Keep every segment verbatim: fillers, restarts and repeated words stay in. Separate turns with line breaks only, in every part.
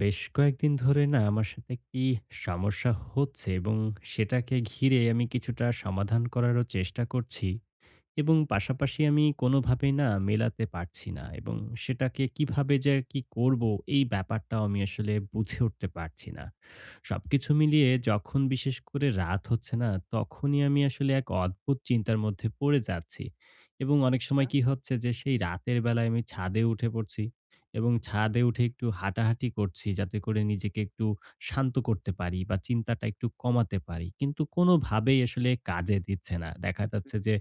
বেশ কয়েকদিন ধরে না আমার সাথে একটি সমস্যা হচ্ছে এবং সেটাকে ঘিরে আমি কিছুটা সমাধান করারও চেষ্টা করছি এবং পাশাপাশি আমি কোনোভাবেই না মেলাতে পারছি না এবং সেটাকে কিভাবে যে আর কি করব এই ব্যাপারটাও আমি আসলে বুঝে উঠতে পারছি না। সবকিছু মিলিয়ে যখন বিশেষ করে রাত হচ্ছে না তখনই আমি আসলে এক অদ্ভুত চিন্তার মধ্যে পড়ে যাচ্ছি এবং অনেক সময় কি হচ্ছে যে সেই রাতের বেলায় আমি ছাদে উঠে পড়ছি এবং ছাদে উঠে একটু হাঁটাহাঁটি করছি যাতে করে নিজেকে একটু শান্ত করতে পারি বা চিন্তাটা একটু কমাতে পারি। কিন্তু কোনোভাবেই
আচ্ছা,
আসলে কাজে দিচ্ছে না। দেখা যাচ্ছে
হুম,
যে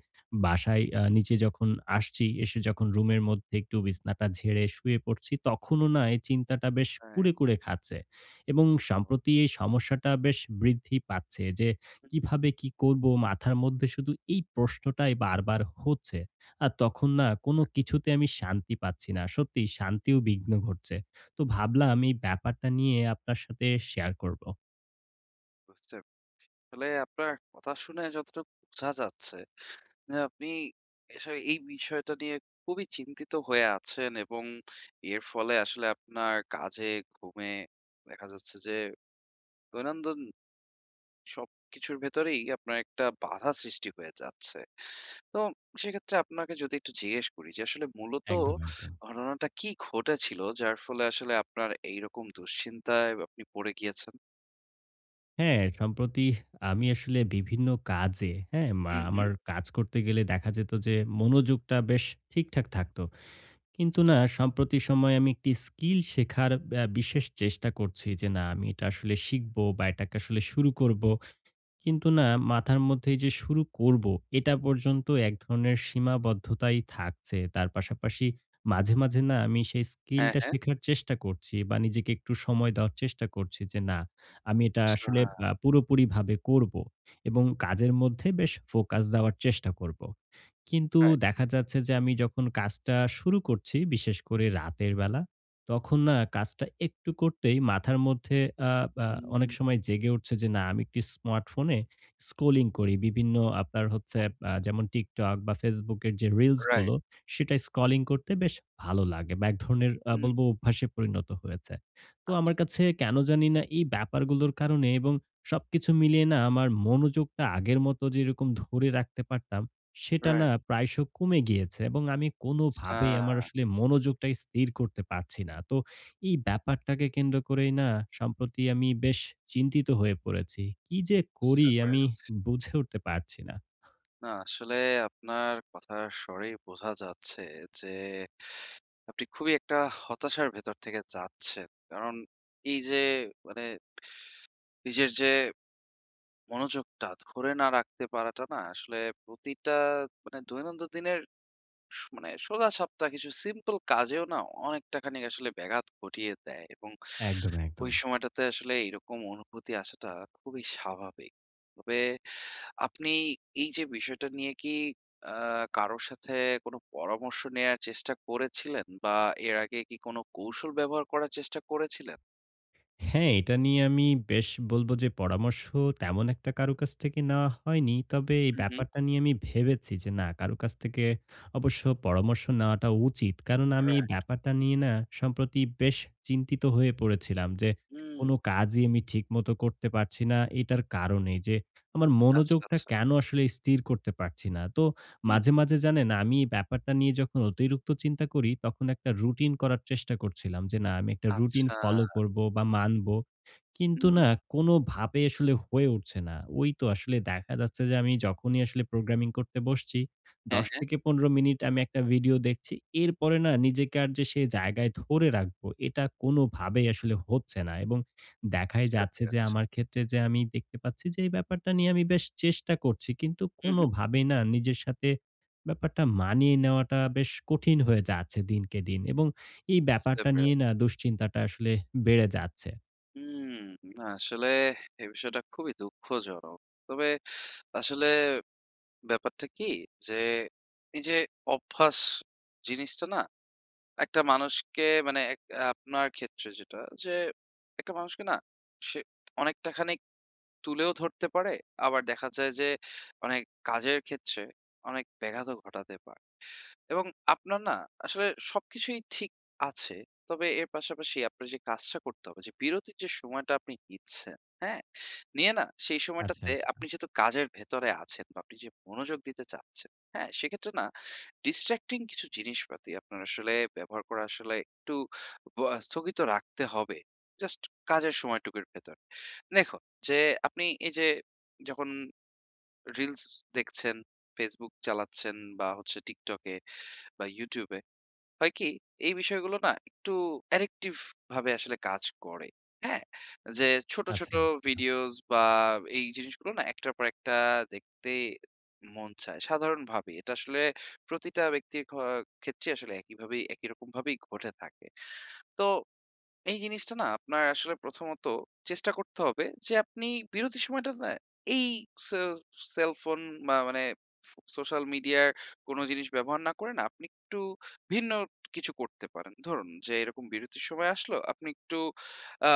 বাসায় আ নিচে যখন আসছি, এসে যখন রুমের মধ্যে একটু বিছনাটা ঝেড়ে শুয়ে পড়ছি, তখনও না এই চিন্তাটা বেশ
right.
কুরে, কুরে খাচ্ছে। এবং সম্প্রতি এই সমস্যাটা বেশ বৃদ্ধি পাচ্ছে যে
বুঝতে পেরেছি,
কিভাবে কি করব, মাথার মধ্যে শুধু এই প্রশ্নটাই বারবার হচ্ছে। আর তখন না কোনো
বুঝতে
কিছুতে আমি শান্তি পাচ্ছি না। সত্যিই শান্তিও বিঘ্ন ঘটছে। তো ভাবলাম এই ব্যাপারটা নিয়ে আপনার সাথে শেয়ার করব।
পেরেছি। আসলে আপনার কথা শুনে যতটুকু বোঝা যাচ্ছে যে আপনি আসলে এই বিষয়টা নিয়ে খুবই চিন্তিত হয়ে আছেন এবং এর ফলে আসলে আপনার কাজে, ঘুমে দেখা যাচ্ছে যে দৈনন্দিন সবকিছুর ভেতরেই আপনার একটা বাধা সৃষ্টি হয়ে যাচ্ছে। তো সেক্ষেত্রে আপনাকে যদি একটু জিজ্ঞেস করি যে আসলে মূলত
একদম, একদম।
ঘটনাটা কি ঘটেছিল যার ফলে আসলে আপনার এইরকম দুশ্চিন্তায় আপনি পড়ে গিয়েছেন?
হ্যাঁ, সম্প্রতি আমি আসলে বিভিন্ন কাজে, হ্যাঁ? মা
হু, হু।
আমার কাজ করতে গেলে দেখা যেত যে মনোযোগটা বেশ ঠিকঠাক থাকতো। কিন্তু না
আচ্ছা।
সম্প্রতি সময়ে আমি একটি স্কিল শেখার আ বিশেষ চেষ্টা করছি যে না আমি এটা আসলে শিখব বা এটাকে আসলে শুরু করব। কিন্তু না মাথার মধ্যে যে শুরু করব, এটা পর্যন্ত এক ধরনের সীমাবদ্ধতাই থাকছে। তার পাশাপাশি মাঝে, মাঝে না আমি সেই
হ্যাঁ,
স্কিলটা
হ্যাঁ।
শেখার চেষ্টা করছি বা নিজেকে একটু সময় দেওয়ার চেষ্টা করছি যে না আমি এটা আসলে
আচ্ছা,
আ পুরোপুরিভাবে করব এবং কাজের মধ্যে বেশ ফোকাস দেওয়ার চেষ্টা করব। কিন্তু
রাইট।
দেখা যাচ্ছে যে আমি যখন কাজটা শুরু করছি, বিশেষ করে রাতের বেলা, তখন না কাজটা একটু করতেই মাথার মধ্যে আ আ
হুম,
অনেক সময় জেগে উঠছে যে, না আমি একটি স্মার্টফোনে স্ক্রলিং করি। বিভিন্ন আপনার হচ্ছে, আ যেমন TikTok বা Facebook এর যে রিলস
রাইট।
গুলো, সেটা স্ক্রলিং করতে বেশ ভালো লাগে বা এক ধরনের আ
হুম,
বলব অভ্যাসে পরিণত হয়েছে। তো
আচ্ছা,
আমার
আচ্ছা।
কাছে কেন জানি না এই ব্যাপারগুলোর কারণে এবং সবকিছু মিলিয়ে না আমার মনোযোগটা আগের মতো যেরকম ধরে রাখতে পারতাম, সেটা না
রাইট।
প্রায়শ কমে গিয়েছে এবং আমি কোনোভাবেই
আ
আমার আসলে মনোযোগটা স্থির করতে পারছি না। তো এই ব্যাপারটাকে কেন্দ্র করেই না সম্প্রতি আমি বেশ চিন্তিত হয়ে পড়েছি। কি যে করি
বুঝতে
আমি
পেরেছি।
বুঝে উঠতে পারছি না।
না আসলে আপনার কথার স্বরেই বোঝা যাচ্ছে যে আপনি খুবই একটা হতাশার ভেতর থেকে যাচ্ছেন। কারণ এই যে মানে নিজের যে মনোযোগটা ধরে না রাখতে পারাটা না আসলে প্রতিটা মানে দৈনন্দিন দিনের স মানে সোজা সাপটা কিছু সিম্পল কাজেও না অনেকটা খানিক আসলে ব্যাঘাত ঘটিয়ে দেয় এবং
একদম,
ওই
একদম।
সময়টাতে আসলে এরকম অনুভূতি আসাটা খুবই স্বাভাবিক। তবে আপনি এই যে বিষয়টা নিয়ে কি আ কারো সাথে কোনো পরামর্শ নেয়ার চেষ্টা করেছিলেন? বা এর আগে কি কোনো কৌশল ব্যবহার করার চেষ্টা করেছিলেন?
হ্যাঁ, এটা নিয়ে আমি বেশ বলব যে পরামর্শ তেমন একটা কারো কাছ থেকে নেওয়া হয়নি। তবে এই
হুম, হুম।
ব্যাপারটা নিয়ে আমি ভেবেছি যে না কারো কাছ থেকে অবশ্য পরামর্শ নেওয়াটা উচিত। কারণ আমি এই
রাইট।
ব্যাপারটা নিয়ে না সম্প্রতি বেশ চিন্তিত হয়ে পড়েছিলাম যে
হুম,
কোনো কাজই আমি ঠিকমতো করতে পারছি না। এটার কারণে যে আমার
আচ্ছা,
মনোযোগটা
আচ্ছা।
কেন আসলে স্থির করতে পারছি না। তো
হুম,
মাঝে, মাঝে জানেন, আমি এই ব্যাপারটা নিয়ে যখন অতিরিক্ত চিন্তা করি, তখন একটা রুটিন করার চেষ্টা করছিলাম যে, না আমি একটা রুটিন
আচ্ছা।
ফলো করব বা মানব।
হুম,
কিন্তু না
হুম।
কোনোভাবে আসলে হয়ে উঠছে না। ওই তো আসলে দেখা যাচ্ছে যে, আমি যখনই আসলে প্রোগ্রামিং করতে বসছি,
হ্যাঁ,
দশ
হ্যাঁ।
থেকে পনেরো মিনিট আমি একটা ভিডিও দেখছি। এরপরে না নিজেকে আর যে সেই জায়গায় ধরে রাখবো, এটা কোনোভাবেই আসলে হচ্ছে না এবং দেখাই
বুঝতে
যাচ্ছে যে
পেরেছি।
আমার ক্ষেত্রে, যে আমি দেখতে পাচ্ছি যে এই ব্যাপারটা নিয়ে আমি বেশ চেষ্টা করছি, কিন্তু
হুম, হুম।
কোনোভাবেই না নিজের সাথে ব্যাপারটা মানিয়ে নেওয়াটা বেশ কঠিন হয়ে যাচ্ছে দিনকে দিন এবং এই
বুঝতে
ব্যাপারটা নিয়ে
পেরেছি।
না দুশ্চিন্তাটা আসলে বেড়ে যাচ্ছে।
হুম, না আসলে এই বিষয়টা খুবই দুঃখজনক। তবে আসলে ব্যাপারটা কি যে এই যে অভ্যাস জিনিসটা না একটা মানুষকে মানে এক- আপনার ক্ষেত্রে যেটা যে একটা মানুষকে না সে অনেকটা খানিক তুলেও ধরতে পারে আবার দেখা যায় যে অনেক কাজের ক্ষেত্রে অনেক ব্যাঘাতও ঘটাতে পারে এবং আপনার না আসলে সবকিছুই ঠিক আছে। তবে এর পাশাপাশি আপনার যে কাজটা করতে হবে যে বিরতির যে সময়টা আপনি নিচ্ছেন, হ্যাঁ? নিয়ে না সেই
আচ্ছা,
সময়টাতে
আচ্ছা,
আপনি যেহেতু কাজের ভেতরে আছেন বা আপনি যে মনোযোগ দিতে চাচ্ছেন, হ্যাঁ? সেক্ষেত্রে না distracting কিছু জিনিসপাতি আপনার আসলে ব্যবহার করা আসলে একটু ব স্থগিত রাখতে হবে। জাস্ট কাজের সময়টুকুর ভেতর। দেখুন যে আপনি এই যে যখন রিলস দেখছেন, Facebook চালাচ্ছেন বা হচ্ছে TikTok এ বা YouTube এ হয় কি? এই বিষয়গুলো না একটু অ্যাডিকটিভ ভাবে আসলে কাজ করে। হ্যাঁ? যে ছোট, ছোট
আচ্ছা, আচ্ছা,
ভিডিওস বা এই জিনিসগুলো না একটার পর একটা দেখতে মন চায়। সাধারণভাবে এটা আসলে প্রতিটা ব্যক্তির খ ক্ষেত্রে আসলে একইভাবেই একই রকম ভাবেই ঘটে থাকে। তো এই জিনিসটা না আপনার আসলে প্রথমত চেষ্টা করতে হবে যে আপনি বিরতির সময়টা না এই সে সেলফোন বা মানে সোশ্যাল মিডিয়ার কোনো জিনিস ব্যবহার না করে না আপনি একটু ভিন্ন কিছু করতে পারেন। ধরুন যে এরকম বিরতির সময় আসলো আপনি একটু আ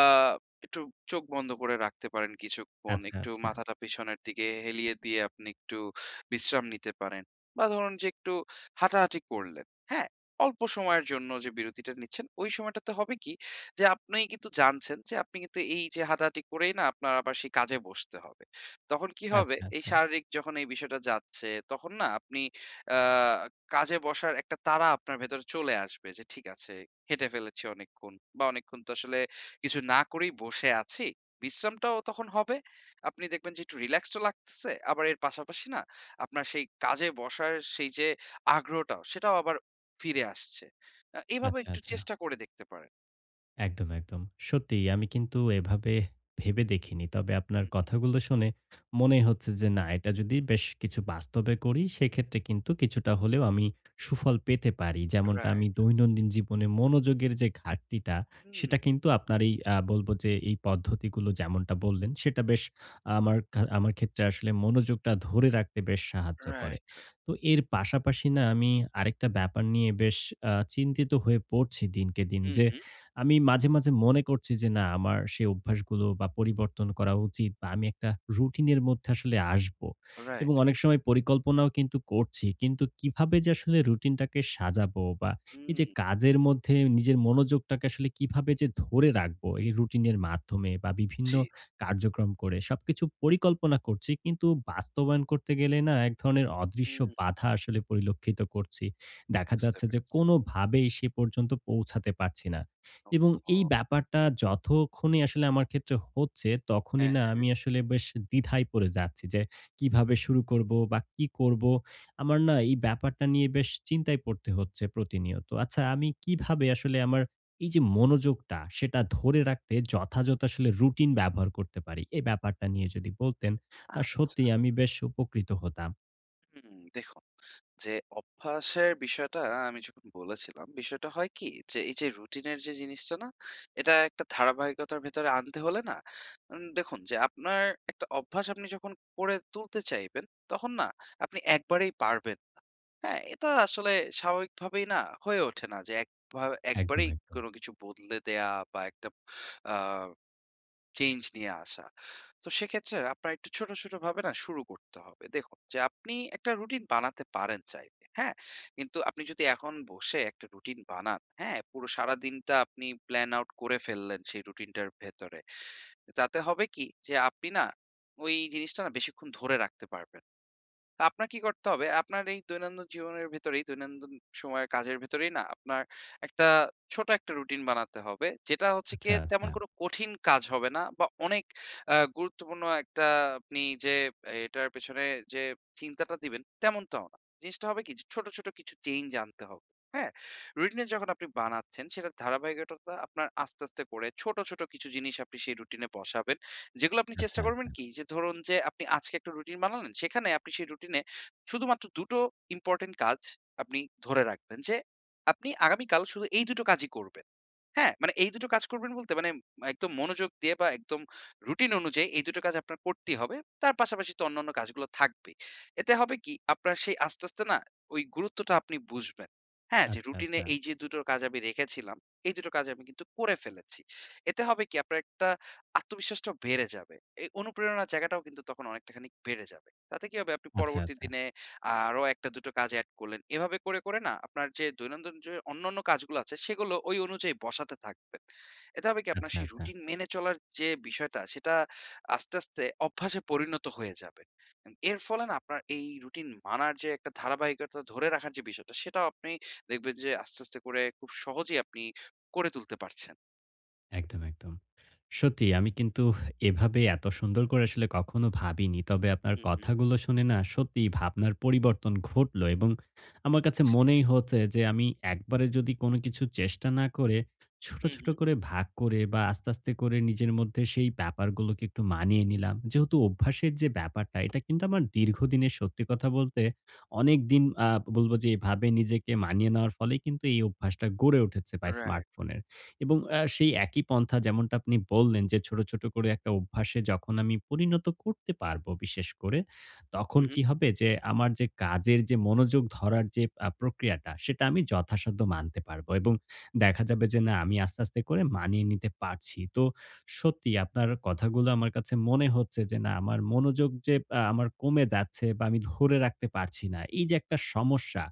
একটু চোখ বন্ধ করে রাখতে পারেন
আচ্ছা,
কিছুক্ষণ।
আচ্ছা,
একটু
আচ্ছা,
মাথাটা পেছনের দিকে হেলিয়ে দিয়ে আপনি একটু বিশ্রাম নিতে পারেন। বা ধরুন যে একটু হাঁটাহাঁটি করলেন। হ্যাঁ? অল্প সময়ের জন্য যে বিরতিটা নিচ্ছেন ওই সময়টাতে হবে কি যে আপনি কিন্তু জানছেন যে আপনি কিন্তু এই যে হাঁটাহাঁটি করেই না আপনার আবার সেই কাজে বসতে হবে। তখন কি হবে?
আচ্ছা,
এই শারীরিক যখন এই বিষয়টা যাচ্ছে তখন না আপনি আ কাজে বসার একটা তাড়া আপনার ভেতরে চলে আসবে যে ঠিক আছে হেঁটে ফেলেছি অনেকক্ষণ বা অনেকক্ষণ তো আসলে কিছু না করেই বসে আছি। বিশ্রামটাও তখন হবে। আপনি দেখবেন যে একটু রিল্যাক্সড ও লাগতেছে। আবার এর পাশাপাশি না আপনার সেই কাজে বসার সেই যে আগ্রহটাও সেটাও আবার ফিরে আসছে। আ এভাবে
আচ্ছা,
একটু
আচ্ছা।
চেষ্টা করে দেখতে পারেন।
একদম, একদম। সত্যিই আমি কিন্তু এভাবে ভেবে দেখিনি। তবে আপনার কথাগুলো শুনে মনেই হচ্ছে যে না এটা যদি বেশ কিছু বাস্তবে করি সেক্ষেত্রে কিন্তু কিছুটা হলেও আমি সুফল পেতে পারি। যেমনটা আমি
রাইট।
দৈনন্দিন জীবনে মনোযোগের যে ঘাটতিটা,
হুম,
সেটা কিন্তু আপনার এই আ বলবো যে এই পদ্ধতিগুলো যেমনটা বললেন, সেটা বেশ আমার খা আমার ক্ষেত্রে আসলে মনোযোগটা ধরে রাখতে বেশ সাহায্য করে।
Right, right.
তো এর পাশাপাশি না আমি আরেকটা ব্যাপার নিয়ে বেশ আ চিন্তিত হয়ে পড়ছি দিনকে দিন
হুম,
যে
হুম।
আমি মাঝে, মাঝে মনে করছি যে না আমার সেই অভ্যাসগুলো বা পরিবর্তন করা উচিত বা আমি একটা রুটিনের মধ্যে আসলে আসবো। এবং
রাইট।
অনেক সময় পরিকল্পনাও কিন্তু করছি। কিন্তু কিভাবে যে আসলে রুটিনটাকে সাজাবো বা এই
হুম,
যে কাজের মধ্যে নিজের মনোযোগটাকে আসলে কিভাবে যে ধরে রাখবো এই রুটিনের মাধ্যমে বা বিভিন্ন
জি, জি।
কার্যক্রম করে সবকিছু পরিকল্পনা করছি। কিন্তু বাস্তবায়ন করতে গেলে না এক ধরনের অদৃশ্য
হুম,
বাধা আসলে পরিলক্ষিত করছি। দেখা
বুঝতে
যাচ্ছে যে
পেরেছি।
কোনোভাবেই সে পর্যন্ত পৌঁছাতে পারছি না। এবং
ওহহো!
এই ব্যাপারটা যতক্ষণই আসলে আমার ক্ষেত্রে হচ্ছে, তখনই
হ্যাঁ,
না
হ্যাঁ।
আমি আসলে বেশ দ্বিধায় পড়ে যাচ্ছি যে কিভাবে শুরু করব বা কি করব? আমার না এই ব্যাপারটা নিয়ে বেশ চিন্তায় পড়তে হচ্ছে প্রতিনিয়ত। আচ্ছা, আমি কিভাবে আসলে আমার এই যে মনোযোগটা, সেটা ধরে রাখতে যথাযথ আসলে রুটিন ব্যবহার করতে পারি? এই ব্যাপারটা নিয়ে যদি বলতেন, আ
আচ্ছা।
সত্যিই আমি বেশ উপকৃত হতাম।
হুম, দেখুন যে অভ্যাসের বিষয়টা আমি যখন বলেছিলাম, বিষয়টা হয় কি? যে এই যে রুটিনের যে জিনিসটা না? এটা একটা ধারাবাহিকতার ভেতরে আনতে হলে না উম দেখুন যে আপনার একটা অভ্যাস আপনি যখন করে তুলতে চাইবেন, তখন না আপনি একবারেই পারবেন না। হ্যাঁ? এটা আসলে স্বাভাবিকভাবেই না হয়ে ওঠে না যে একভা
একদম,
একবারেই
একদম।
কোনো কিছু বদলে দেয়া বা একটা আ চেঞ্জ নিয়ে আসা। তো সেক্ষেত্রে আপনার একটু ছোট, ছোট ভাবে না শুরু করতে হবে। দেখুন যে আপনি একটা রুটিন বানাতে পারেন চাইলে, হ্যাঁ? কিন্তু আপনি যদি এখন বসে একটা রুটিন বানান, হ্যাঁ? পুরো সারাদিনটা আপনি প্ল্যান আউট করে ফেললেন সেই রুটিনটার ভেতরে। তাতে হবে কি যে আপনি না ওই জিনিসটা না বেশিক্ষণ ধরে রাখতে পারবেন না। তো আপনার কি করতে হবে? আপনার এই দৈনন্দিন জীবনের ভেতরেই, দৈনন্দিন সময়ের কাজের ভেতরেই না আপনার একটা ছোট একটা রুটিন বানাতে হবে। যেটা হচ্ছে
আচ্ছা,
গিয়ে তেমন
আচ্ছা,
কোনো কঠিন কাজ হবে না বা অনেক আ গুরুত্বপূর্ণ একটা আপনি যে আহ, এটার পেছনে যে চিন্তাটা দিবেন তেমনটাও না। জিনিসটা হবে কি? যে ছোট, ছোট কিছু চেঞ্জ আনতে হবে। হ্যাঁ? রুটিনে যখন আপনি বানাচ্ছেন সেটার ধারাবাহিকতা আপনার আস্তে, আস্তে করে ছোট, ছোট কিছু জিনিস আপনি সেই রুটিনে বসাবেন। যেগুলো আপনি
আচ্ছা,
চেষ্টা করবেন
আচ্ছা, আচ্ছা,
কি? যে ধরুন যে আপনি আজকে একটা রুটিন বানালেন, সেখানে আপনি সেই রুটিনে শুধুমাত্র দুই টো ইম্পোর্টেন্ট কাজ আপনি ধরে রাখবেন যে আপনি আগামীকাল শুধু এই দুই টো কাজই করবেন। হ্যাঁ, মানে এই দুটো কাজ করবেন বলতে মানে একদম মনোযোগ দিয়ে বা একদম রুটিন অনুযায়ী এই দুটো কাজ আপনার করতেই হবে। তার পাশাপাশি তো অন্যান্য কাজগুলো থাকবেই। এতে হবে কি আপনার সেই আস্তে, আস্তে না ওই গুরুত্বটা আপনি বুঝবেন। হ্যাঁ, যে
আচ্ছা,
রুটিনে
আচ্ছা,
এই যে দুটো কাজ আমি রেখেছিলাম, এই দুটো কাজ আমি কিন্তু করে ফেলেছি। এতে হবে কি আপনার একটা আত্মবিশ্বাসটাও বেড়ে যাবে। এই অনুপ্রেরণার জায়গাটাও কিন্তু তখন অনেকটাখানি বেড়ে যাবে। তাতে কি হবে আপনি পরবর্তী
আচ্ছা,
দিনে আরো একটা দুটো কাজ এড করলেন। এভাবে করে, করে না আপনার যে দৈনন্দিন যে অন্যান্য কাজগুলো আছে সেগুলো ওই অনুযায়ী বসাতে থাকবেন। এতে হবে কি আপনার
আচ্ছা।
সেই
আচ্ছা।
রুটিন মেনে চলার যে বিষয়টা সেটা আস্তে, আস্তে অভ্যাসে পরিণত হয়ে যাবে। এম এর ফলে না আপনার এই রুটিন মানার যে একটা ধারাবাহিকতা ধরে রাখার যে বিষয়টা সেটাও আপনি দেখবেন যে আস্তে, আস্তে করে খুব সহজেই আপনি করে তুলতে পারছেন।
একদম, একদম। সত্যি আমি কিন্তু এভাবে এত সুন্দর করে আসলে কখনো ভাবিনি। তবে আপনার
হুম, হুম।
কথাগুলো শুনে না সত্যিই ভাবনার পরিবর্তন ঘটলো এবং আমার কাছে
জি, জি।
মনেই হচ্ছে যে আমি একবারে যদি কোনো কিছু চেষ্টা না করে ছোট,
হুম,
ছোট
হুম।
করে ভাগ করে বা আস্তে, আস্তে করে নিজের মধ্যে সেই ব্যাপারগুলোকে একটু মানিয়ে নিলাম। যেহেতু অভ্যাসের যে ব্যাপারটা, এটা কিন্তু আমার দীর্ঘদিনের, সত্যি কথা বলতে অনেকদিন আ বলব যে এভাবে নিজেকে মানিয়ে নেওয়ার ফলেই কিন্তু এই অভ্যাসটা গড়ে উঠেছে বা
রাইট।
স্মার্টফোনের। এবং আ সেই একই পন্থা যেমনটা আপনি বললেন যে ছোট, ছোট করে একটা অভ্যাসে যখন আমি পরিণত করতে পারবো বিশেষ করে, তখন
হুম, হুম।
কি হবে যে আমার যে কাজের যে মনোযোগ ধরার যে আ প্রক্রিয়াটা, সেটা আমি যথাসাধ্য মানতে পারবো এবং দেখা যাবে যে না আমি আস্তে, আস্তে করে মানিয়ে নিতে পারছি। তো সত্যি আপনার কথাগুলো আমার কাছে মনে হচ্ছে যে না আমার মনোযোগ যে আ আমার কমে যাচ্ছে বা আমি ধরে রাখতে পারছি না, এই যে একটা সমস্যা,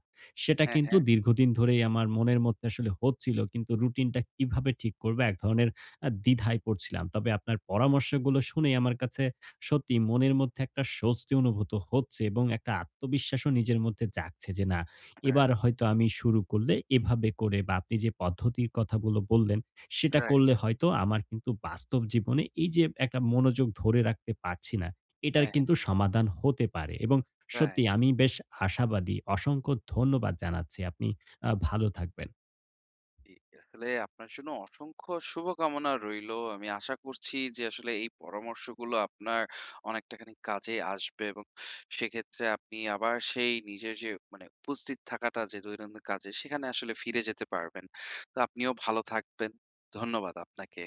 সেটা
হ্যাঁ,
কিন্তু
হ্যাঁ।
দীর্ঘদিন ধরেই আমার মনের মধ্যে আসলে হচ্ছিল। কিন্তু রুটিনটা কিভাবে ঠিক করব, এক ধরনের আ দ্বিধায় পড়ছিলাম। তবে আপনার পরামর্শগুলো শুনে আমার কাছে সত্যি মনের মধ্যে একটা স্বস্তি অনুভূত হচ্ছে এবং একটা আত্মবিশ্বাসও নিজের মধ্যে জাগছে যে না,
রাইট,
এবার হয়তো আমি শুরু করলে এভাবে করে বা আপনি যে পদ্ধতির কথাগুলো বললেন, সেটা
রাইট।
করলে হয়তো আমার কিন্তু বাস্তব জীবনে এই যে একটা মনোযোগ ধরে রাখতে পারছি না, এটার
হ্যাঁ,
কিন্তু
হ্যাঁ।
সমাধান হতে পারে এবং সত্যি
রাইট।
আমি বেশ আশাবাদী। অসংখ্য ধন্যবাদ জানাচ্ছি। আপনি আ ভালো থাকবেন।
জি, আসলে আপনার জন্য অসংখ্য শুভকামনা রইলো। আমি আশা করছি যে আসলে এই পরামর্শগুলো আপনার অনেকটাখানি কাজে আসবে এবং সেক্ষেত্রে আপনি আবার সেই নিজের যে মানে উপস্থিত থাকাটা যে দৈনন্দিন কাজে সেখানে আসলে ফিরে যেতে পারবেন। তো আপনিও ভালো থাকবেন। ধন্যবাদ আপনাকে।